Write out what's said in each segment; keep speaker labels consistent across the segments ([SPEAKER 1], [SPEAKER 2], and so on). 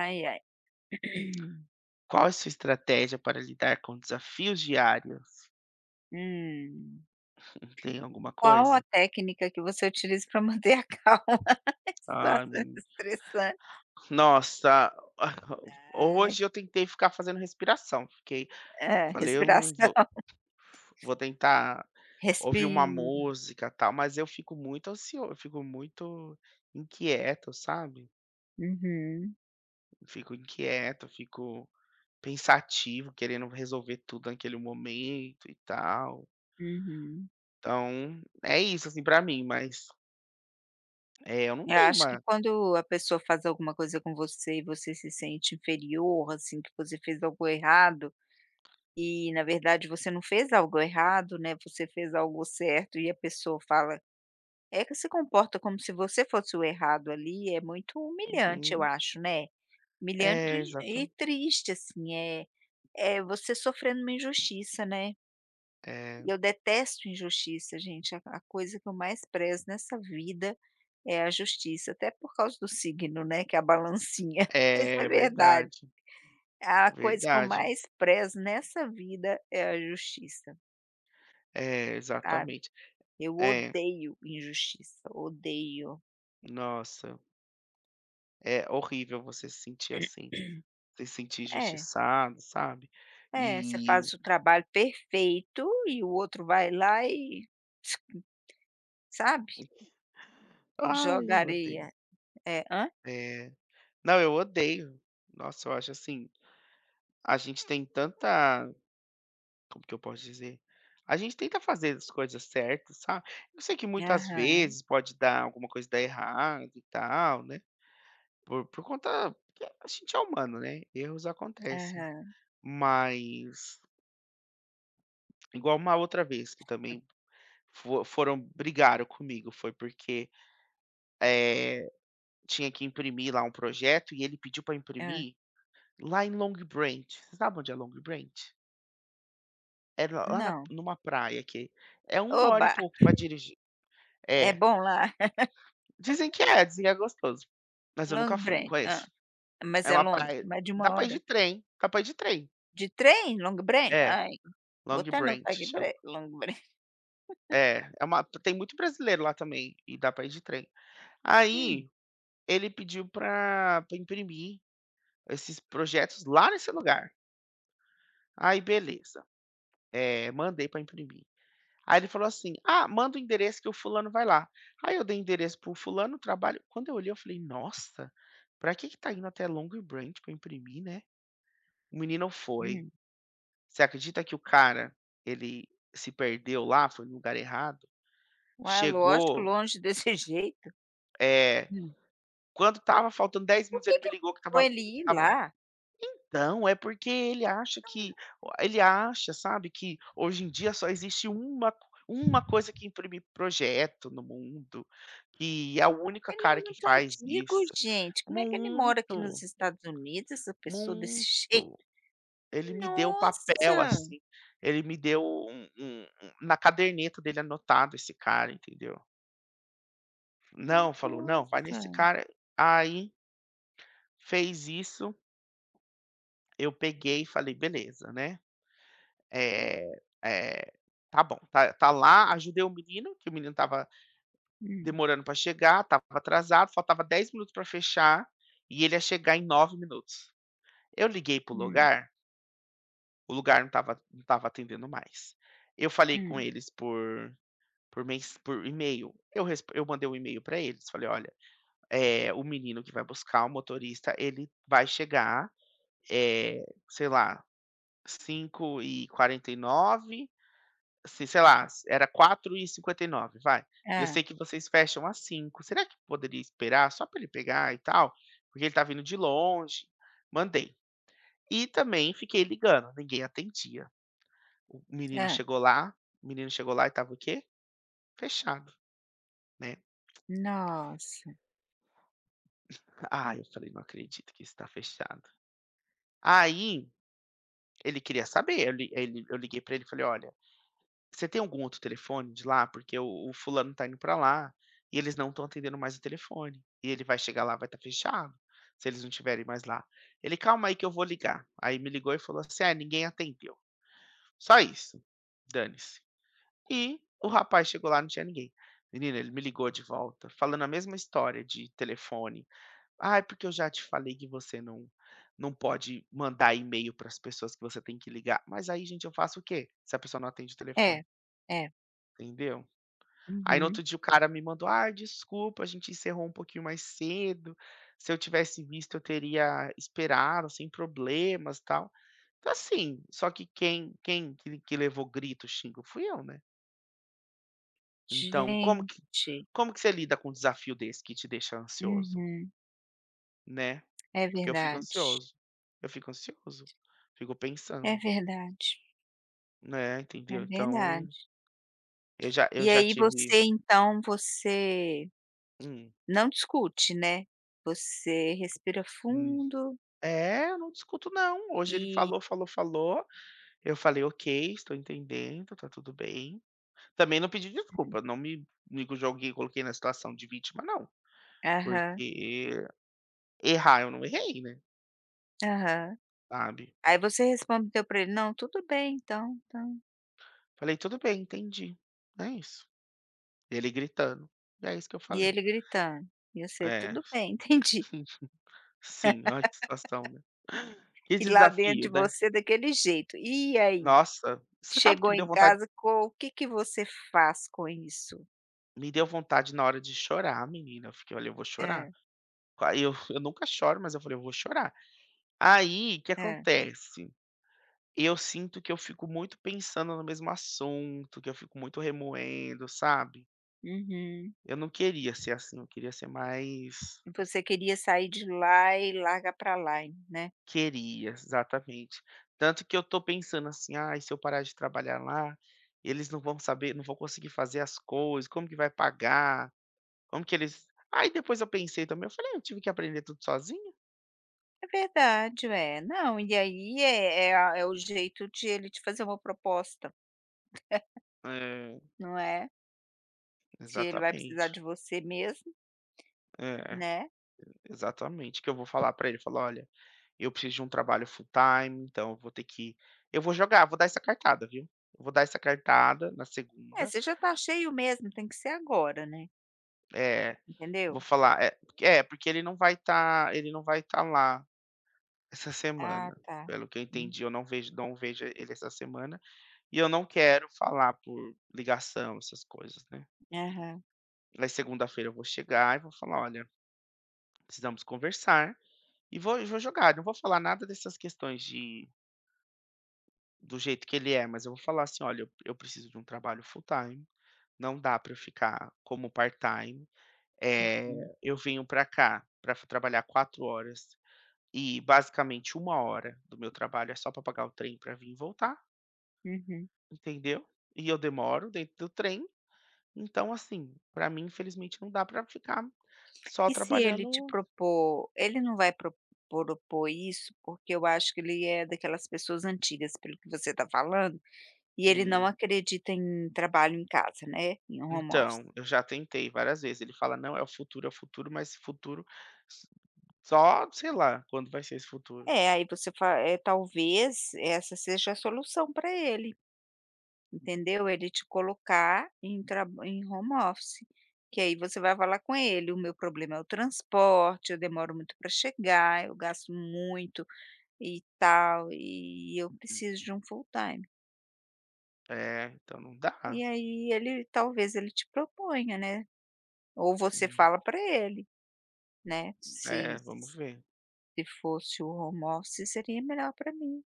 [SPEAKER 1] Ai, ai.
[SPEAKER 2] Qual é a sua estratégia para lidar com desafios diários?
[SPEAKER 1] Hum.
[SPEAKER 2] Tem alguma
[SPEAKER 1] Qual a
[SPEAKER 2] coisa?
[SPEAKER 1] técnica que você utiliza para manter a calma em
[SPEAKER 2] Ai,
[SPEAKER 1] situações
[SPEAKER 2] menino.
[SPEAKER 1] estressantes?
[SPEAKER 2] Nossa,
[SPEAKER 1] Ai.
[SPEAKER 2] hoje eu tentei ficar fazendo respiração, fiquei
[SPEAKER 1] É,
[SPEAKER 2] falei:
[SPEAKER 1] respiração.
[SPEAKER 2] vou vou tentar ouvir uma
[SPEAKER 1] Respira.
[SPEAKER 2] música, tal". Mas eu fico muito ansioso, eu fico muito inquieto, sabe.
[SPEAKER 1] Uhum,
[SPEAKER 2] Eu fico inquieto, eu fico pensativo, querendo resolver tudo naquele momento e tal.
[SPEAKER 1] uhum.
[SPEAKER 2] Então, é isso, assim, para mim, mas, eu não
[SPEAKER 1] Eu
[SPEAKER 2] tenho
[SPEAKER 1] acho que
[SPEAKER 2] uma.
[SPEAKER 1] quando a pessoa faz alguma coisa com você e você se sente inferior, assim, que você fez algo errado, e na verdade você não fez algo errado, né, você fez algo certo e a pessoa fala. É que se comporta como se você fosse o errado ali, é muito humilhante, eu
[SPEAKER 2] Uhum.
[SPEAKER 1] acho, né. Humilhante
[SPEAKER 2] É,
[SPEAKER 1] e
[SPEAKER 2] exato.
[SPEAKER 1] e triste, assim, é é você sofrendo uma injustiça, né.
[SPEAKER 2] É,
[SPEAKER 1] E eu detesto injustiça, gente, a coisa que eu mais prezo nessa vida é a justiça, até por causa do signo, né, que é a balancinha, isso é
[SPEAKER 2] é
[SPEAKER 1] verdade.
[SPEAKER 2] verdade,
[SPEAKER 1] A coisa que eu
[SPEAKER 2] verdade.
[SPEAKER 1] mais prezo nessa vida é a justiça,
[SPEAKER 2] É,
[SPEAKER 1] sabe.
[SPEAKER 2] exatamente.
[SPEAKER 1] Eu
[SPEAKER 2] É,
[SPEAKER 1] odeio injustiça, odeio.
[SPEAKER 2] nossa, é horrível você se sentir assim, se sentir
[SPEAKER 1] É.
[SPEAKER 2] injustiçado, sabe.
[SPEAKER 1] É, você
[SPEAKER 2] E,
[SPEAKER 1] faz o trabalho perfeito e o outro vai lá e, sabe,
[SPEAKER 2] ai,
[SPEAKER 1] joga
[SPEAKER 2] eu odeio.
[SPEAKER 1] areia. É, hã?
[SPEAKER 2] É, não, eu odeio. Nossa, eu acho assim, a gente tem tanta, como que eu posso dizer? A gente tenta fazer as coisas certas, sabe. Eu sei que muitas
[SPEAKER 1] Aham,
[SPEAKER 2] vezes pode dar alguma coisa dar errado e tal, né. Por conta que é, a gente é humano, né, erros acontecem.
[SPEAKER 1] aham,
[SPEAKER 2] Mas, igual uma outra vez que também fo foram brigaram comigo, foi porque, eh, tinha que imprimir lá um projeto e ele pediu para
[SPEAKER 1] hã.
[SPEAKER 2] imprimir lá em Long Branch. Você sabe onde é Long Branch? É lá, na
[SPEAKER 1] Não.
[SPEAKER 2] numa praia que é uma hora e
[SPEAKER 1] Oba,
[SPEAKER 2] pouco para dirigir.
[SPEAKER 1] é
[SPEAKER 2] É,
[SPEAKER 1] bom lá?
[SPEAKER 2] dizem que é gostoso, mas eu nunca
[SPEAKER 1] Long
[SPEAKER 2] fui, não
[SPEAKER 1] Branch, hã.
[SPEAKER 2] conheço.
[SPEAKER 1] Mas
[SPEAKER 2] É
[SPEAKER 1] é
[SPEAKER 2] uma
[SPEAKER 1] longe?
[SPEAKER 2] praia,
[SPEAKER 1] Mais de
[SPEAKER 2] dá
[SPEAKER 1] uma
[SPEAKER 2] pra ir de
[SPEAKER 1] hora?
[SPEAKER 2] trem.
[SPEAKER 1] De trem, Long Branch?
[SPEAKER 2] É,
[SPEAKER 1] Ai, vou
[SPEAKER 2] Long
[SPEAKER 1] até
[SPEAKER 2] Branch
[SPEAKER 1] anotar aqui,
[SPEAKER 2] chama.
[SPEAKER 1] espera Long Branch.
[SPEAKER 2] É, é uma, tem muito brasileiro lá também, e dá pra ir de trem.
[SPEAKER 1] Hum,
[SPEAKER 2] Aí, ele pediu pra imprimir esses projetos lá nesse lugar. Aí beleza, mandei pra imprimir. Aí ele falou assim: "Ah, manda o endereço que o fulano vai lá". Aí eu dei endereço para o fulano. O trabalho, quando eu olhei eu falei: "Nossa, pra que que tá indo até Long Branch pra imprimir, né". O menino foi.
[SPEAKER 1] hum.
[SPEAKER 2] Você acredita que o cara, ele se perdeu lá, foi no lugar errado?
[SPEAKER 1] Uai, lógico,
[SPEAKER 2] Chegou,
[SPEAKER 1] longe desse jeito.
[SPEAKER 2] eh
[SPEAKER 1] Hum.
[SPEAKER 2] quando estava faltando 10
[SPEAKER 1] Por
[SPEAKER 2] minutos,
[SPEAKER 1] que
[SPEAKER 2] ele me
[SPEAKER 1] que
[SPEAKER 2] ligou que
[SPEAKER 1] mandou
[SPEAKER 2] estava.
[SPEAKER 1] ele ir
[SPEAKER 2] estava
[SPEAKER 1] lá?
[SPEAKER 2] não, é porque ele acha sabe, que hoje em dia só existe uma coisa que imprime projeto no mundo, e é o único
[SPEAKER 1] Ele é
[SPEAKER 2] cara que
[SPEAKER 1] muito
[SPEAKER 2] faz
[SPEAKER 1] antigo,
[SPEAKER 2] isso.
[SPEAKER 1] gente. Como é que ele mora aqui
[SPEAKER 2] Muito,
[SPEAKER 1] nos Estados Unidos, essa pessoa desse
[SPEAKER 2] muito.
[SPEAKER 1] jeito?
[SPEAKER 2] Ele me deu papel,
[SPEAKER 1] Nossa,
[SPEAKER 2] assim, ele me deu um na caderneta dele anotado esse cara, entendeu. "Não", falou, "não, vai
[SPEAKER 1] nossa.
[SPEAKER 2] nesse cara". Aí fez isso. Eu peguei e falei: "Beleza, né, eh eh, tá bom, tá lá", ajudei o menino, que o menino estava
[SPEAKER 1] Hum,
[SPEAKER 2] demorando para chegar, tava atrasado, faltava 10 minutos para fechar, e ele ia chegar em 9 minutos. Eu liguei pro
[SPEAKER 1] hum,
[SPEAKER 2] lugar, o lugar não estava, atendendo mais. Eu falei com
[SPEAKER 1] hum.
[SPEAKER 2] eles por mens por e-mail, eu mandei um e-mail para eles, falei: "Olha, o menino que vai buscar o motorista, ele vai chegar, eh, sei lá, 5:49. Assim, sei lá, era 4:59, vai. E eu
[SPEAKER 1] Hã,
[SPEAKER 2] sei que vocês fecham às 5. Será que poderia esperar só para ele pegar e tal? Porque ele tá vindo de longe". Mandei. E também fiquei ligando, ninguém atendia. O menino
[SPEAKER 1] hã.
[SPEAKER 2] chegou lá o menino chegou lá e estava o quê? Fechado, né.
[SPEAKER 1] Nossa.
[SPEAKER 2] Ah, eu falei: "Não acredito que isso tá fechado". Aí ele queria saber, eu liguei pra ele e falei: "Olha, você tem algum outro telefone de lá? Porque o fulano tá indo pra lá, e eles não estão atendendo mais o telefone, e ele vai chegar lá, vai estar fechado, se eles não tiverem mais lá". Ele: "Calma aí que eu vou ligar". Aí me ligou e falou assim: "Ah, ninguém atendeu". Só isso, dane-se. E o rapaz chegou lá, não tinha ninguém. Menina, ele me ligou de volta, falando a mesma história de telefone. "Ah, é porque eu já te falei que você não, não pode mandar e-mail para as pessoas, que você tem que ligar". Mas aí gente, eu faço o quê? Se a pessoa não atende o telefone,
[SPEAKER 1] É, é.
[SPEAKER 2] entendeu? Aí no outro
[SPEAKER 1] Uhum.
[SPEAKER 2] dia o cara me mandou: "Ah, desculpa, a gente encerrou um pouquinho mais cedo. Se eu tivesse visto, eu teria esperado sem problemas, tal". Então assim, só que quem, que levou grito, xingo, fui eu, né. Então como que,
[SPEAKER 1] Gente.
[SPEAKER 2] você lida com um desafio desse que te deixa ansioso,
[SPEAKER 1] Uhum.
[SPEAKER 2] né?
[SPEAKER 1] É
[SPEAKER 2] Porque
[SPEAKER 1] verdade,
[SPEAKER 2] eu fico ansioso, fico
[SPEAKER 1] é
[SPEAKER 2] pensando,
[SPEAKER 1] verdade,
[SPEAKER 2] né,
[SPEAKER 1] é
[SPEAKER 2] entendeu.
[SPEAKER 1] verdade.
[SPEAKER 2] Então eu
[SPEAKER 1] E
[SPEAKER 2] já
[SPEAKER 1] aí
[SPEAKER 2] tive.
[SPEAKER 1] você então, você
[SPEAKER 2] Hum.
[SPEAKER 1] não discute, né, você respira
[SPEAKER 2] Hum.
[SPEAKER 1] fundo
[SPEAKER 2] É, eu não discuto não. Hoje ele
[SPEAKER 1] e
[SPEAKER 2] falou, falou, falou. Eu falei: "Ok, estou entendendo, tá tudo bem". Também não pedi desculpa, não me joguei, coloquei na situação de vítima não,
[SPEAKER 1] aham,
[SPEAKER 2] porque errar eu não errei, né,
[SPEAKER 1] aham.
[SPEAKER 2] sabe.
[SPEAKER 1] Aí você respondeu pra ele: "Não, tudo bem então, então".
[SPEAKER 2] Falei: "Tudo bem, entendi". É isso. Ele gritando, e é isso que eu
[SPEAKER 1] E
[SPEAKER 2] falei.
[SPEAKER 1] ele gritando, e você:
[SPEAKER 2] É,
[SPEAKER 1] "Tudo bem, entendi".
[SPEAKER 2] sim, ai, que situação, né. Que
[SPEAKER 1] E lá dentro de
[SPEAKER 2] desafio, né.
[SPEAKER 1] você daquele jeito. E aí?
[SPEAKER 2] Nossa, você sabe que
[SPEAKER 1] Chegou em casa, co o que que você faz com isso?
[SPEAKER 2] me deu vontade na hora de chorar, menina, eu fiquei: "Olha, eu vou chorar".
[SPEAKER 1] É,
[SPEAKER 2] Aí eu nunca choro, mas eu falei: "Eu vou chorar". Aí, o que
[SPEAKER 1] é.
[SPEAKER 2] acontece? Eu sinto que eu fico muito pensando no mesmo assunto, que eu fico muito remoendo, sabe.
[SPEAKER 1] Uhum.
[SPEAKER 2] Eu não queria ser assim, eu queria ser mais.
[SPEAKER 1] Você queria sair de lá e larga pra lá, né.
[SPEAKER 2] Queria, exatamente. Tanto que eu tô pensando assim: ah, se eu parar de trabalhar lá, eles não vão conseguir fazer as coisas, como que vai pagar? Como que eles, aí depois eu pensei também, eu falei: "Ah, eu tive que aprender tudo sozinho?".
[SPEAKER 1] É verdade, é. Não, e aí é é a é o jeito de ele te fazer uma proposta,
[SPEAKER 2] É,
[SPEAKER 1] não é. Se ele vai
[SPEAKER 2] exatamente.
[SPEAKER 1] precisar de você mesmo,
[SPEAKER 2] É,
[SPEAKER 1] né.
[SPEAKER 2] exatamente, que eu vou falar pra ele, falar: "Olha, eu preciso de um trabalho full time, então eu vou ter que, eu vou jogar, vou dar essa cartada", viu. Eu vou dar essa cartada na
[SPEAKER 1] É,
[SPEAKER 2] segunda,
[SPEAKER 1] você já tá cheio mesmo, tem que ser agora, né,
[SPEAKER 2] eh, vou
[SPEAKER 1] entendeu.
[SPEAKER 2] falar é, porque ele não vai estar lá essa
[SPEAKER 1] Ah,
[SPEAKER 2] semana,
[SPEAKER 1] tá.
[SPEAKER 2] pelo que eu
[SPEAKER 1] Hum.
[SPEAKER 2] entendi, eu não vejo não vejo ele essa semana, e eu não quero falar por ligação, essas coisas, né.
[SPEAKER 1] Aham.
[SPEAKER 2] Na segunda-feira eu vou chegar e vou falar: "Olha, precisamos conversar", e vou jogar, não vou falar nada dessas questões de, do jeito que ele é, mas eu vou falar assim: "Olha, eu preciso de um trabalho full time. Não dá para eu ficar como part-time.
[SPEAKER 1] Uhum,
[SPEAKER 2] Eu venho para cá para trabalhar 4 horas e basicamente 1 hora do meu trabalho é só para pagar o trem para vir e voltar,
[SPEAKER 1] uhum.
[SPEAKER 2] entendeu? E eu demoro dentro do trem, então assim, para mim infelizmente não dá para ficar só
[SPEAKER 1] E se ele te
[SPEAKER 2] trabalhando".
[SPEAKER 1] propor ele não vai pro propor isso, porque eu acho que ele é daquelas pessoas antigas, pelo que você está falando, e ele não
[SPEAKER 2] Hum,
[SPEAKER 1] acredita em trabalho em casa, né, em home office.
[SPEAKER 2] então, eu já tentei várias vezes, ele fala: "Não, é o futuro", mas esse futuro, s só sei lá quando vai ser esse futuro.
[SPEAKER 1] É, aí você fala, é talvez essa seja a solução para ele, entendeu, ele te colocar em traba em home office, que aí você vai falar com ele: "O meu problema é o transporte, eu demoro muito para chegar, eu gasto muito, e tal, e eu preciso de um full time".
[SPEAKER 2] É, então não dá.
[SPEAKER 1] E aí ele talvez ele te proponha, né, ou você
[SPEAKER 2] Hum,
[SPEAKER 1] fala para ele, né, se
[SPEAKER 2] é, vamos ver.
[SPEAKER 1] se fosse o home office seria melhor para mim.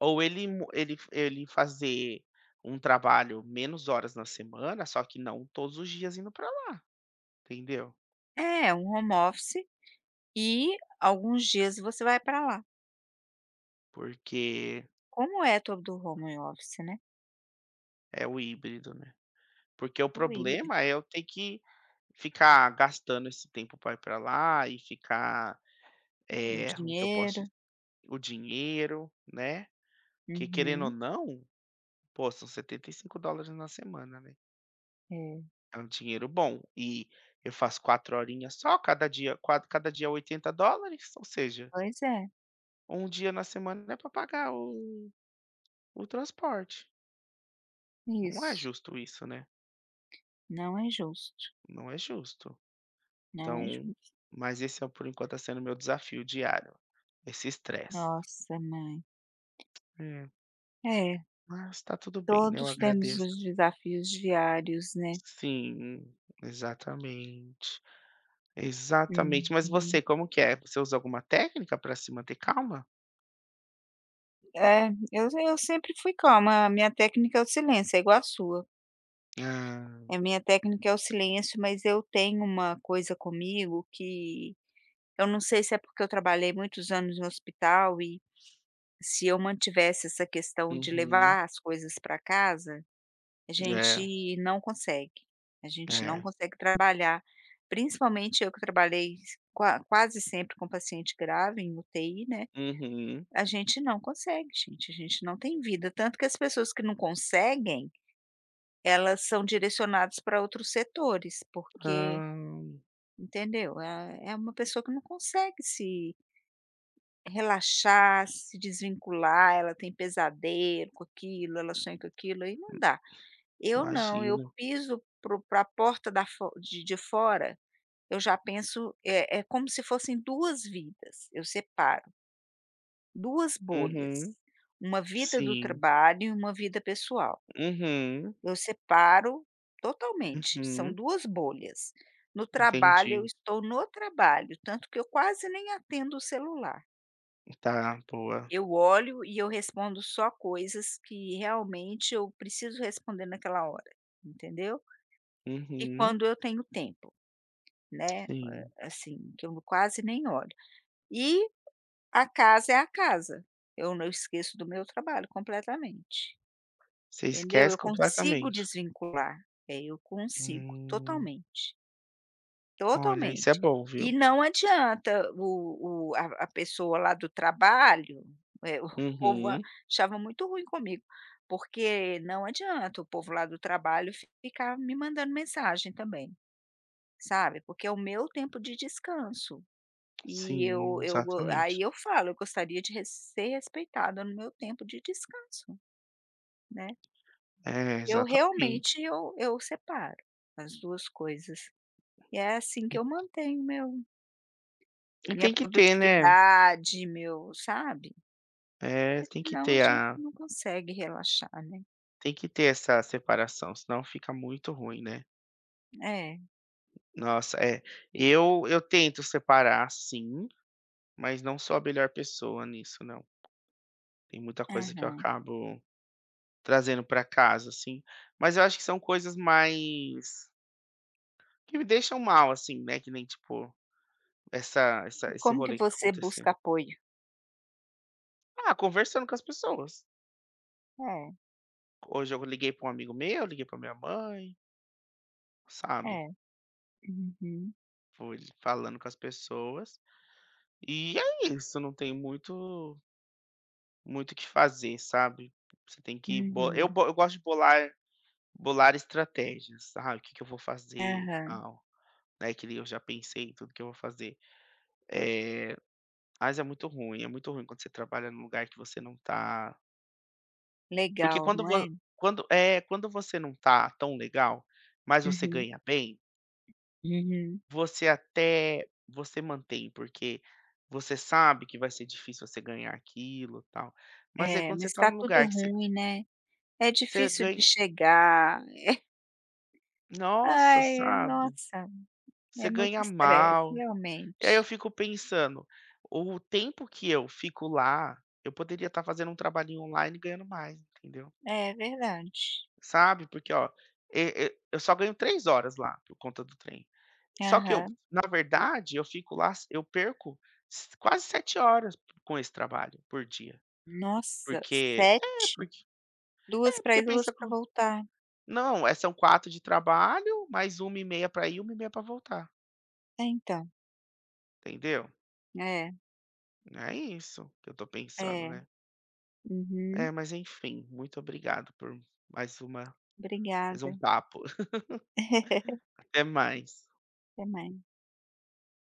[SPEAKER 2] Ou ele mu ele ele fazer um trabalho menos horas na semana, só que não todos os dias indo pra lá, entendeu?
[SPEAKER 1] É, um home office e alguns dias você vai para lá.
[SPEAKER 2] Porque
[SPEAKER 1] Como é todo home office, né,
[SPEAKER 2] é o híbrido, né. Porque o
[SPEAKER 1] o híbrido,
[SPEAKER 2] problema é eu ter que ficar gastando esse tempo para ir pra lá e ficar,
[SPEAKER 1] o
[SPEAKER 2] como que eu posso
[SPEAKER 1] dinheiro.
[SPEAKER 2] dizer? O dinheiro, né, que querendo ou
[SPEAKER 1] Uhum,
[SPEAKER 2] não, pô, são US$ 75 na semana, né.
[SPEAKER 1] é,
[SPEAKER 2] É um dinheiro bom. E eu faço 4 horinhas só, cada dia $80, ou seja,
[SPEAKER 1] pois é,
[SPEAKER 2] ou um dia na semana é para pagar o transporte. Não é
[SPEAKER 1] isso,
[SPEAKER 2] justo isso, né,
[SPEAKER 1] não é justo,
[SPEAKER 2] não é justo.
[SPEAKER 1] não é
[SPEAKER 2] Então,
[SPEAKER 1] justo.
[SPEAKER 2] mas esse é, por enquanto tá sendo meu desafio diário, esse estresse.
[SPEAKER 1] Nossa mãe,
[SPEAKER 2] É,
[SPEAKER 1] é.
[SPEAKER 2] mas tá tudo bem, né, eu
[SPEAKER 1] Todos temos
[SPEAKER 2] agradeço.
[SPEAKER 1] os desafios diários, né.
[SPEAKER 2] Sim, exatamente, exatamente. Mas
[SPEAKER 1] Uhum.
[SPEAKER 2] você, como que é? Você usa alguma técnica para se manter calma?
[SPEAKER 1] É, eu sempre fui calma, a minha técnica é o silêncio, é igual a sua.
[SPEAKER 2] Ah,
[SPEAKER 1] A minha técnica é o silêncio, mas eu tenho uma coisa comigo que eu não sei se é porque eu trabalhei muitos anos no hospital e se eu mantivesse essa questão de
[SPEAKER 2] uhum.
[SPEAKER 1] levar as coisas para casa, a
[SPEAKER 2] É,
[SPEAKER 1] gente não consegue. A gente não
[SPEAKER 2] é.
[SPEAKER 1] consegue trabalhar, principalmente eu que trabalhei qua quase sempre com paciente grave em UTI, né.
[SPEAKER 2] Uhum.
[SPEAKER 1] A gente não consegue, gente, a gente não tem vida, tanto que as pessoas que não conseguem, elas são direcionadas para outros setores, porque,
[SPEAKER 2] Ah,
[SPEAKER 1] entendeu, é é uma pessoa que não consegue se relaxar, se desvincular, ela tem pesadelo com aquilo, ela sonha com aquilo, aí não dá. Eu não, eu
[SPEAKER 2] imagino.
[SPEAKER 1] piso para a porta da fo de fora, eu já penso é é como se fossem 2 vidas, eu separo. Duas bolhas,
[SPEAKER 2] Uhum,
[SPEAKER 1] uma vida do
[SPEAKER 2] sim.
[SPEAKER 1] trabalho e uma vida pessoal.
[SPEAKER 2] Uhum,
[SPEAKER 1] Eu separo totalmente, são
[SPEAKER 2] uhum,
[SPEAKER 1] 2 bolhas. No trabalho, eu
[SPEAKER 2] entendi.
[SPEAKER 1] estou no trabalho, tanto que eu quase nem atendo o celular.
[SPEAKER 2] Tá, boa.
[SPEAKER 1] Eu olho e eu respondo só coisas que realmente eu preciso responder naquela hora, entendeu? E
[SPEAKER 2] Uhum,
[SPEAKER 1] quando eu tenho tempo, né,
[SPEAKER 2] sim.
[SPEAKER 1] assim, que eu quase nem olho. E a casa é a casa, eu não esqueço do meu trabalho completamente.
[SPEAKER 2] Você
[SPEAKER 1] Entendeu?
[SPEAKER 2] esquece
[SPEAKER 1] Eu consigo
[SPEAKER 2] completamente.
[SPEAKER 1] desvincular. É, eu consigo,
[SPEAKER 2] Hum,
[SPEAKER 1] totalmente,
[SPEAKER 2] olha, isso é
[SPEAKER 1] totalmente.
[SPEAKER 2] bom,
[SPEAKER 1] E
[SPEAKER 2] viu.
[SPEAKER 1] não adianta o a pessoa lá do trabalho, o povo a-
[SPEAKER 2] Uhum,
[SPEAKER 1] achava muito ruim comigo, porque não adianta o povo lá do trabalho ficar me mandando mensagem também, sabe, porque é o meu tempo de descanso. E eu
[SPEAKER 2] sim,
[SPEAKER 1] eu go aí
[SPEAKER 2] exatamente.
[SPEAKER 1] eu falo, eu gostaria de res ser respeitada no meu tempo de descanso, né.
[SPEAKER 2] É,
[SPEAKER 1] Eu
[SPEAKER 2] exatamente.
[SPEAKER 1] realmente eu separo as 2 coisas. E é assim
[SPEAKER 2] E
[SPEAKER 1] que eu mantenho meu minha
[SPEAKER 2] tem que ter, né,
[SPEAKER 1] produtividade, meu sabe?
[SPEAKER 2] é,
[SPEAKER 1] Porque senão a gente não consegue relaxar, né.
[SPEAKER 2] tem que ter essa separação, senão fica muito ruim, né.
[SPEAKER 1] É.
[SPEAKER 2] Nossa, é, eu tento separar sim, mas não sou a melhor pessoa nisso não. Tem muita coisa que eu
[SPEAKER 1] Aham.
[SPEAKER 2] acabo trazendo pra casa, assim. Mas eu acho que são coisas mais que me deixam mal, assim, né, que nem tipo, essa
[SPEAKER 1] E
[SPEAKER 2] essa esse
[SPEAKER 1] como que
[SPEAKER 2] rolê que tá
[SPEAKER 1] você
[SPEAKER 2] acontecendo.
[SPEAKER 1] busca apoio?
[SPEAKER 2] Ah, conversando com as pessoas.
[SPEAKER 1] É,
[SPEAKER 2] Hoje eu liguei pra um amigo meu, liguei pra minha mãe, sabe.
[SPEAKER 1] é. Uhum,
[SPEAKER 2] Fui falando com as pessoas, e é isso, não tem muito, muito o que fazer, sabe. Você tem que,
[SPEAKER 1] uhum.
[SPEAKER 2] bo eu gosto de bolar, estratégias, sabe, o que que eu vou fazer e
[SPEAKER 1] Aham.
[SPEAKER 2] tal, né, que eu já pensei em tudo que eu vou fazer. Eh Mas é muito ruim quando você trabalha num lugar que você não tá. Porque
[SPEAKER 1] Legal,
[SPEAKER 2] quando
[SPEAKER 1] não
[SPEAKER 2] vo
[SPEAKER 1] é?
[SPEAKER 2] quando é, quando você não tá tão legal, mas você
[SPEAKER 1] Uhum,
[SPEAKER 2] ganha bem,
[SPEAKER 1] uhum.
[SPEAKER 2] você até você mantém, porque você sabe que vai ser difícil você ganhar aquilo, tal. Mas aí
[SPEAKER 1] É,
[SPEAKER 2] quando você
[SPEAKER 1] mas
[SPEAKER 2] tá
[SPEAKER 1] tá
[SPEAKER 2] num lugar
[SPEAKER 1] tudo
[SPEAKER 2] que você,
[SPEAKER 1] ruim, né. É
[SPEAKER 2] você
[SPEAKER 1] difícil de
[SPEAKER 2] ganha,
[SPEAKER 1] chegar.
[SPEAKER 2] nossa,
[SPEAKER 1] Ai,
[SPEAKER 2] sabe,
[SPEAKER 1] nossa,
[SPEAKER 2] você
[SPEAKER 1] é muito
[SPEAKER 2] ganha
[SPEAKER 1] estresse,
[SPEAKER 2] mal. E aí eu
[SPEAKER 1] realmente.
[SPEAKER 2] fico pensando, o tempo que eu fico lá, eu poderia estar fazendo um trabalhinho online e ganhando mais, entendeu?
[SPEAKER 1] É verdade.
[SPEAKER 2] Sabe, porque ó, e eu só ganho 3 horas lá por conta do trem. Só que eu,
[SPEAKER 1] Aham.
[SPEAKER 2] na verdade eu fico lá, eu perco s quase 7 horas com esse trabalho por dia,
[SPEAKER 1] Nossa,
[SPEAKER 2] porque é,
[SPEAKER 1] 7,
[SPEAKER 2] porque
[SPEAKER 1] 2
[SPEAKER 2] é,
[SPEAKER 1] para
[SPEAKER 2] porque
[SPEAKER 1] ir, 2
[SPEAKER 2] pensa
[SPEAKER 1] para
[SPEAKER 2] co
[SPEAKER 1] voltar.
[SPEAKER 2] não, são 4 de trabalho, mais uma h 30 pra ir, uma h 30 pra voltar,
[SPEAKER 1] É, então.
[SPEAKER 2] entendeu?
[SPEAKER 1] É,
[SPEAKER 2] É isso que eu tô pensando,
[SPEAKER 1] é.
[SPEAKER 2] né.
[SPEAKER 1] Uhum.
[SPEAKER 2] É, mas enfim, muito obrigado por mais uma mais um
[SPEAKER 1] Obrigada.
[SPEAKER 2] papo. Até mais.
[SPEAKER 1] Até mais.